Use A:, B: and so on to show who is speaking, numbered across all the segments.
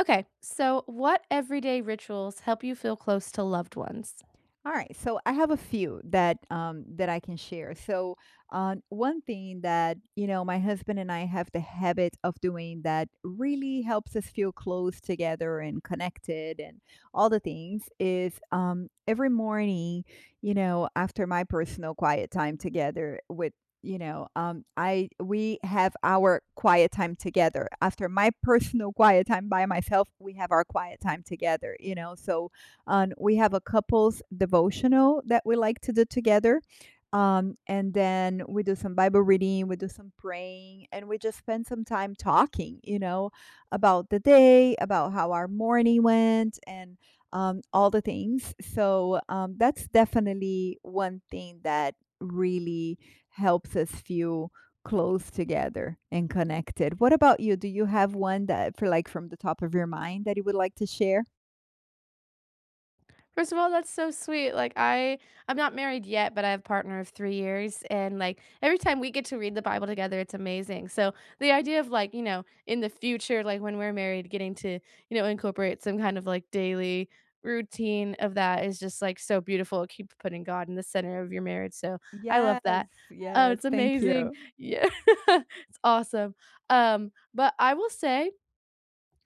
A: Okay, so what everyday rituals help you feel close to loved ones?
B: All right, so I have a few that I can share. One thing that my husband and I have the habit of doing that really helps us feel close together and connected, and all the things is every morning. After my personal quiet time together with you know, I we have our quiet time together. After my personal quiet time by myself, we have our quiet time together. We have a couples devotional that we like to do together. And then we do some Bible reading, we do some praying, and we just spend some time talking, you know, about the day, about how our morning went, and all the things. So that's definitely one thing that really helps us feel close together and connected. What about you? Do you have one that, for like, from the top of your mind that you would like to share?
A: First of all, that's so sweet. I'm not married yet, but I have a partner of 3 years, and like every time we get to read the Bible together, it's amazing. So the idea of like, you know, in the future, like when we're married, getting to, you know, incorporate some kind of like daily routine of that is just like so beautiful. Keep putting God in the center of your marriage. So I love that.
B: Yes,
A: Oh,
B: yes,
A: it's
B: thank
A: amazing.
B: you.
A: Yeah. It's awesome. But I will say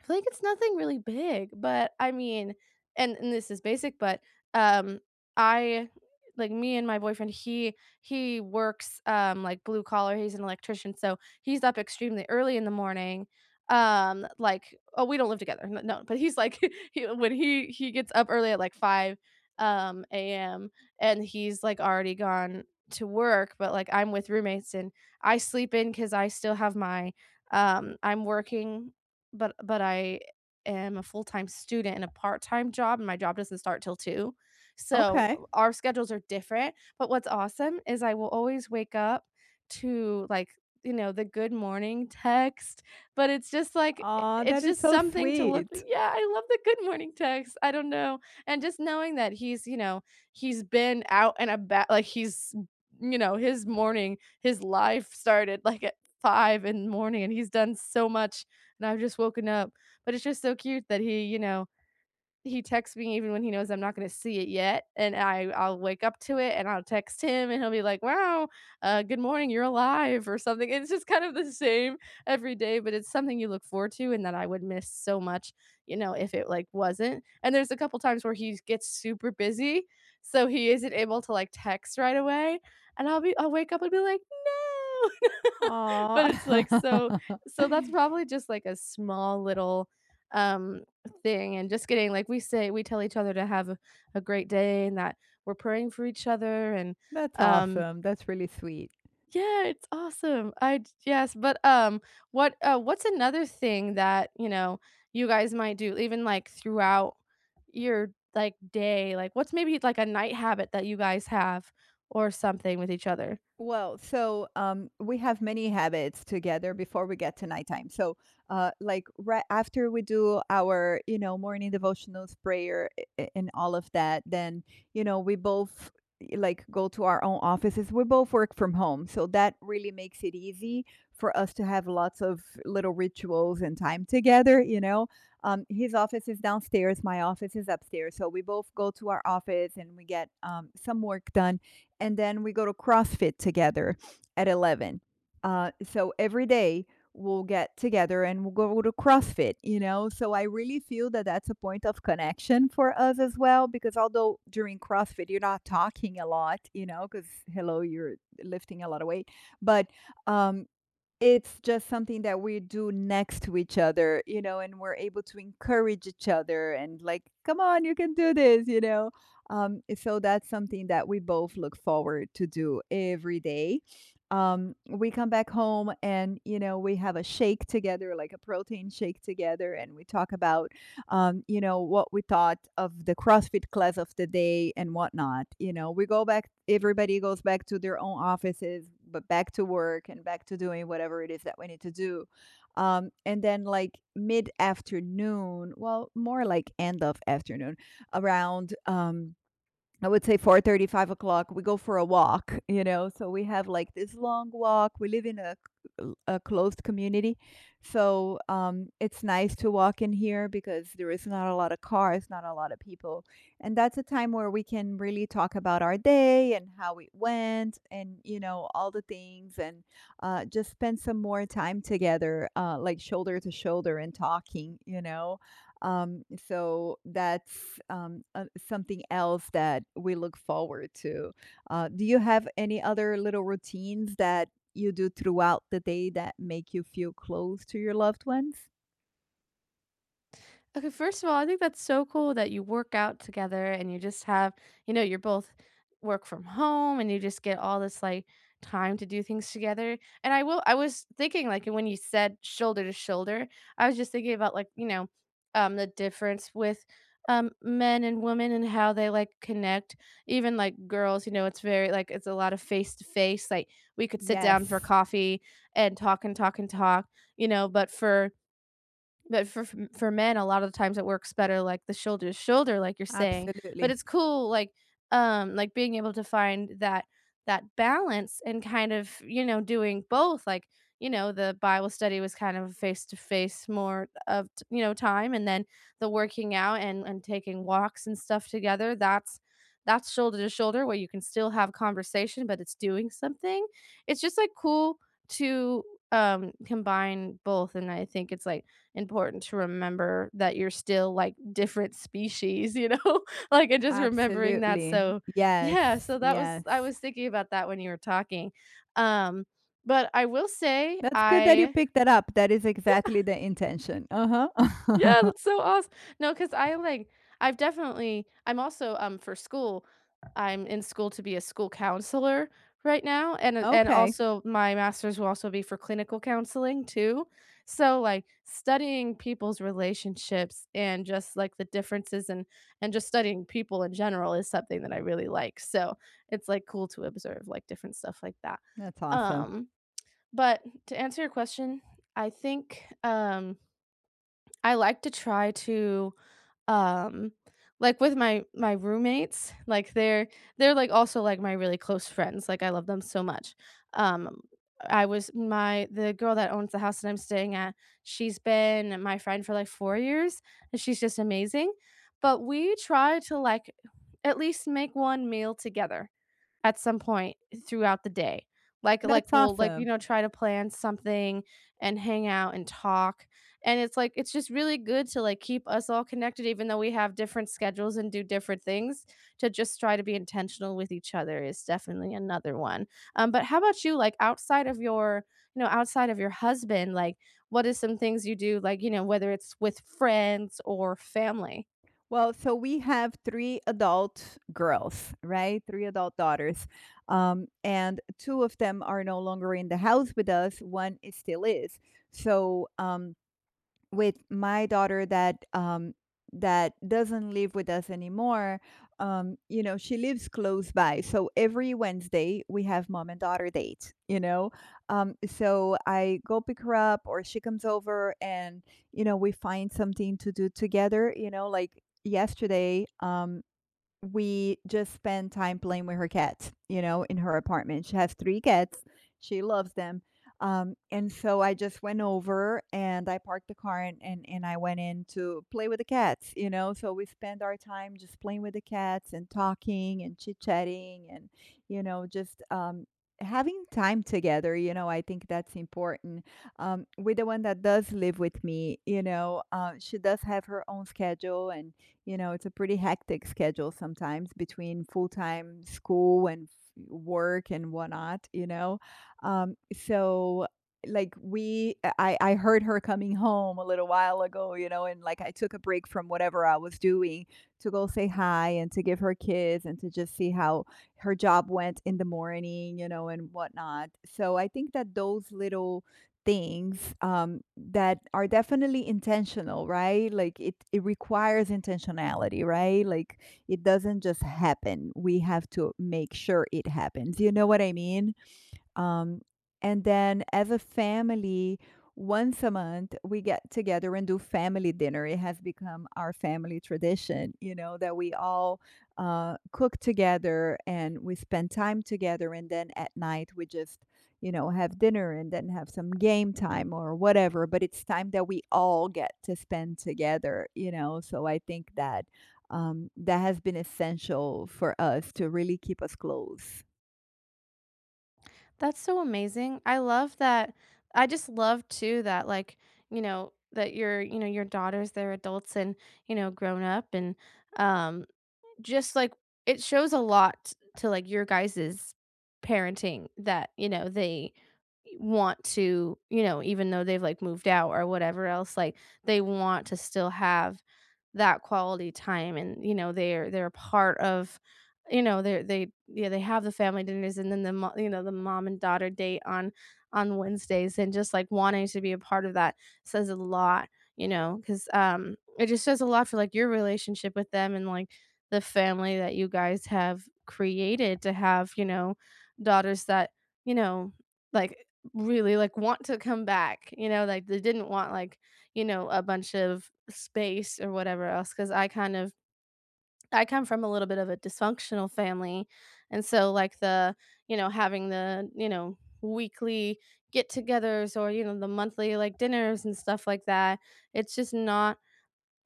A: I feel like it's nothing really big, but I mean, and this is basic, um, I, like, me and my boyfriend, he works, like, blue collar, he's an electrician, so he's up extremely early in the morning, like we don't live together, n no, but he's like he when he gets up early at, like, 5, AM, and he's, like, already gone to work, but, like, I'm with roommates, and I sleep in because I still have my, I'm working, but I am a full-time student and a part-time job, and my job doesn't start till 2. So,
B: Okay.
A: our schedules are different, but what's awesome is I will always wake up to, like, you know, the good morning text, but it's just like
B: Aw, that
A: it's
B: is
A: just
B: so
A: something to look
B: sweet.
A: yeah, I love the good morning text, I don't know, and just knowing that he's, you know, he's been out and about, like, he's you know, his morning, his life started, like, at 5 in the morning, and he's done so much, and I've just woken up. But it's just so cute that he, you know, he texts me even when he knows I'm not going to see it yet, and I'll wake up to it and I'll text him and he'll be like, "Wow, good morning, you're alive," or something. It's just kind of the same every day, but it's something you look forward to and that I would miss so much, you know, if it like wasn't. And there's a couple times where he gets super busy, so he isn't able to like text right away, and I'll wake up and be like, "No." But
B: Aw.
A: it's like so so that's probably just like a small little um thing, and just getting like we say we tell each other to have a great day and that we're praying for each other and
B: That's
A: um
B: awesome, that's really sweet.
A: yeah, it's awesome, yes, but what what's another thing that, you know, you guys might do even like throughout your like day, like what's maybe like a night habit that you guys have or something with each other?
B: We have many habits together before we get to nighttime. Like right after we do our, you know, morning devotionals, prayer, and all of that, then you know we both like go to our own offices. We both work from home, so that really makes it easy for us to have lots of little rituals and time together. You know, his office is downstairs, my office is upstairs, so we both go to our office and we get some work done and then we go to CrossFit together at 11. So every day we'll get together and we'll go to CrossFit, you know? So I really feel that that's a point of connection for us as well, because although during CrossFit you're not talking a lot, you know, because hello, you're lifting a lot of weight, but um, it's just something that we do next to each other, you know, and we're able to encourage each other and like, "Come on, you can do this," you know? So that's something that we both look forward to do every day. We come back home and, you know, we have a shake together, like a protein shake together, and we talk about you know, what we thought of the CrossFit class of the day and whatnot. You know, we go back, everybody goes back to their own offices, but back to work and back to doing whatever it is that we need to do. And then, like mid afternoon, well, more like end of afternoon, around I would say 4:30, 5 o'clock, we go for a walk, you know, so we have like this long walk. We live in a closed community, so it's nice to walk in here because there is not a lot of cars, not a lot of people, and that's a time where we can really talk about our day and how it went, and you know all the things, and just spend some more time together, like shoulder to shoulder and talking, you know, so that's something else that we look forward to. Do you have any other little routines that you do throughout the day that make you feel close to your loved ones?
A: Okay, first of all, I think that's so cool that you work out together, and you just have, you know, you're both work from home, and you just get all this like time to do things together. And I was thinking like when you said shoulder to shoulder, I was just thinking about like, you know, the difference with men and women and how they like connect. Even like girls, you know, it's very like it's a lot of face to face. Like we could sit down for
B: Yes,
A: coffee and talk and talk and talk, you know, but for men, a lot of the times it works better, like, the shoulder to shoulder, like you're saying, but
B: absolutely.
A: it's cool, like, being able to find that balance and kind of, you know, doing both, like, you know, the Bible study was kind of face to face more of t you know, time, and then the working out and taking walks and stuff together, that's shoulder to shoulder where you can still have conversation, but it's doing something. It's just, like, cool to, combine both, and I think it's, like, important to remember that you're still, like, different species, you know? Like, and just remembering that,
B: Absolutely.
A: so yeah,
B: Yes,
A: so that was I
B: yes.
A: was thinking about that when you were talking, um, but I will say
B: That's good that you
A: I.
B: picked that up. That is exactly the intention. Uh
A: Yeah,
B: huh.
A: that's so awesome. No, because I, like I've definitely I'm also, for school, I'm in school to be a school counselor right now, and
B: Okay.
A: also my master's will also be for clinical counseling too. So, like, studying people's relationships and just, like, the differences and just studying people in general is something that I really like. So, it's, like, cool to observe, like, different stuff like that.
B: That's awesome.
A: Um, but to answer your question, I think, I like to try to, um like, with my roommates, like, they're, like, also, like, my really close friends, like, I love them so much. Um, I was my the girl that owns the house that I'm staying at, she's been my friend for, like, 4 years, and she's just amazing, but we try to, like, at least make one meal together at some point throughout the day. Like
B: That's
A: like we'll like, you
B: awesome.
A: know, try to plan something and hang out and talk. And it's like it's just really good to like keep us all connected even though we have different schedules and do different things, to just try to be intentional with each other is definitely another one. But how about you, like outside of your, you know, outside of your husband, like what is some things you do like, you know, whether it's with friends or family?
B: Well, so we have 3 adult girls, right? 3 adult daughters. And 2 of them are no longer in the house with us, 1 is still is. So, um with my daughter that that doesn't live with us anymore, you know, she lives close by, so every Wednesday we have mom and daughter date, you know. So I go pick her up or she comes over and, you know, we find something to do together, you know, like yesterday, we just spend time playing with her cats, you know, in her apartment. She has 3 cats. She loves them. And so I just went over and I parked the car and, and I went in to play with the cats, you know. So we spend our time just playing with the cats and talking and chit-chatting and, you know, just having time together, you know, I think that's important. With the one that does live with me, you know, she does have her own schedule and you know, it's a pretty hectic schedule sometimes between full-time school and f work and whatnot, you know? So, like, we I heard her coming home a little while ago, you know, and, like, I took a break from whatever I was doing to go say hi and to give her kids and to just see how her job went in the morning, you know, and whatnot. So I think that those little things that are definitely intentional, right? Like it requires intentionality, right? Like it doesn't just happen. We have to make sure it happens. You know what I mean? Um, and then as a family, once a month, we get together and do family dinner. It has become our family tradition, you know, that we all cook together and we spend time together. And then at night, we just, you know, have dinner and then have some game time or whatever. But it's time that we all get to spend together, you know. So I think that that has been essential for us to really keep us close.
A: That's so amazing. I love that. I just love too that like, you know, that your, you know, your daughters, they're adults and, you know, grown up, and um just like it shows a lot to like your guys's parenting that, you know, they want to, you know, even though they've like moved out or whatever else, like they want to still have that quality time, and you know they're a part of you know they yeah they have the family dinners, and then the mo- you know the mom and daughter date on Wednesdays, and just like wanting to be a part of that says a lot, you know, cuz it just says a lot for like your relationship with them, and like the family that you guys have created to have, you know, daughters that, you know, like really like want to come back, you know, like they didn't want like, you know, a bunch of space or whatever else, cuz I kind of I come from a little bit of a dysfunctional family. And so like the, you know, having the, you know, weekly get-togethers, or you know the monthly like dinners and stuff like that, it's just not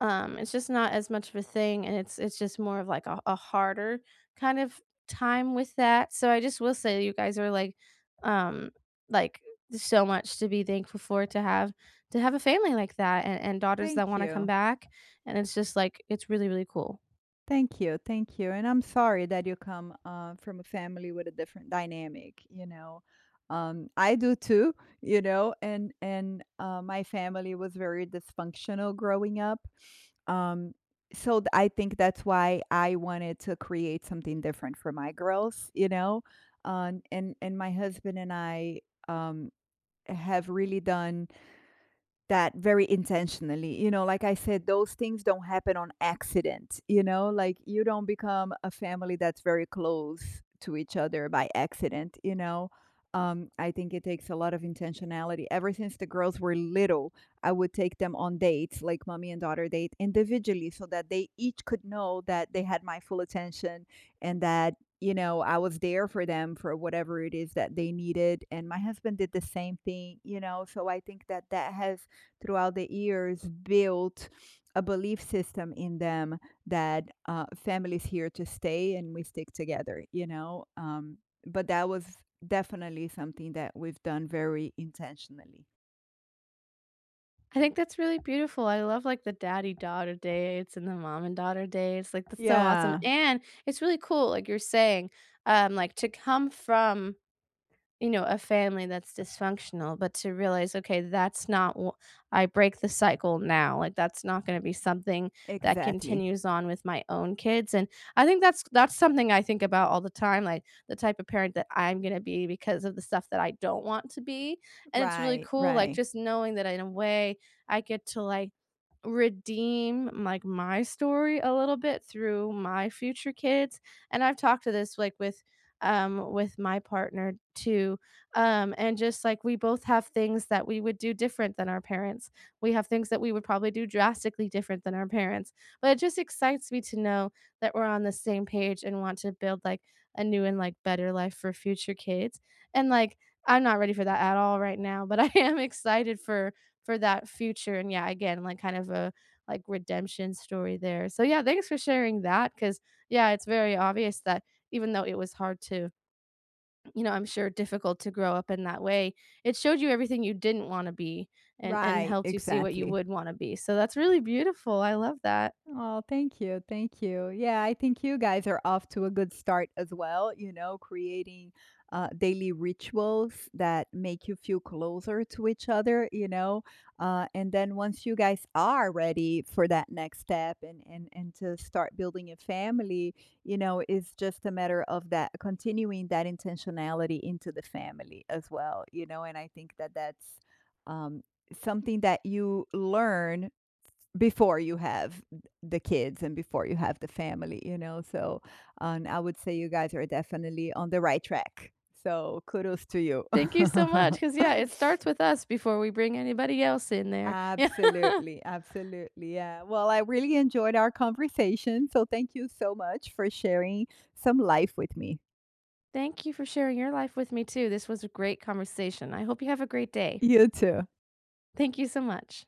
A: it's just not as much of a thing, and it's just more of, like, a harder kind of time with that, so I just will say you guys are, um, like, there's so much to be thankful for to have a family like that and daughters that
B: Thank
A: wanna come
B: you.
A: back, and it's just, like, it's really, really cool.
B: Thank you, thank you, and I'm sorry that you come, from a family with a different dynamic, you know? I do too, you know, and my family was very dysfunctional growing up, um, so th I think that's why I wanted to create something different for my girls, you know? And my husband and I, um, have really done that very intentionally. You know, like I said, those things don't happen on accident. You know, like you don't become a family that's very close to each other by accident. You know, I think it takes a lot of intentionality. Ever since the girls were little, I would take them on dates, like mommy and daughter date individually, so that they each could know that they had my full attention and that. You know, I was there for them for whatever it is that they needed. And my husband did the same thing, you know. So I think that that has throughout the years built a belief system in them that family is here to stay and we stick together, you know? But that was definitely something that we've done very intentionally.
A: I think that's really beautiful. I love, like, the daddy-daughter dates and the mom and daughter dates, like, that's so awesome,
B: Yeah,
A: and it's really cool, like you're saying, like, to come from you know, a family that's dysfunctional, but to realize, okay, that's not I break the cycle now. Like that's not going to be something that
B: exactly.
A: continues on with my own kids. And I think that's something I think about all the time, like the type of parent that I'm going to be because of the stuff that I don't want to be. And it's really
B: Right,
A: cool, like
B: right,
A: just knowing that in a way I get to like redeem like my story a little bit through my future kids, and I've talked to this like with my partner too, and just like we both have things that we would do different than our parents, we have things that we would probably do drastically different than our parents, but it just excites me to know that we're on the same page and want to build like a new and like better life for future kids, and like I'm not ready for that at all right now, but I am excited for that future, and yeah, again, like kind of a like redemption story there, so yeah, thanks for sharing that, because yeah it's very obvious that even though it was hard to you know I'm sure difficult to grow up in that way, it showed you everything you didn't want to be, and
B: right,
A: helped you see what you
B: exactly.
A: would want to be, so that's really beautiful, I love that.
B: Oh, thank you. Thank you. Yeah, I think you guys are off to a good start as well, you know, creating daily rituals that make you feel closer to each other, you know. And then once you guys are ready for that next step and to start building a family, you know, it's just a matter of that continuing that intentionality into the family as well, you know. And I think that that's um, something that you learn before you have the kids and before you have the family, you know. So, and I would say you guys are definitely on the right track. So, kudos to you.
A: Thank you so much, because yeah it starts with us before we bring anybody else in there. Yeah,
B: Absolutely, absolutely. Yeah. Well, I really enjoyed our conversation. So, thank you so much for sharing some life with me.
A: thank you for sharing your life with me too, this was a great conversation, I hope you have a great day.
B: You too.
A: Thank you so much.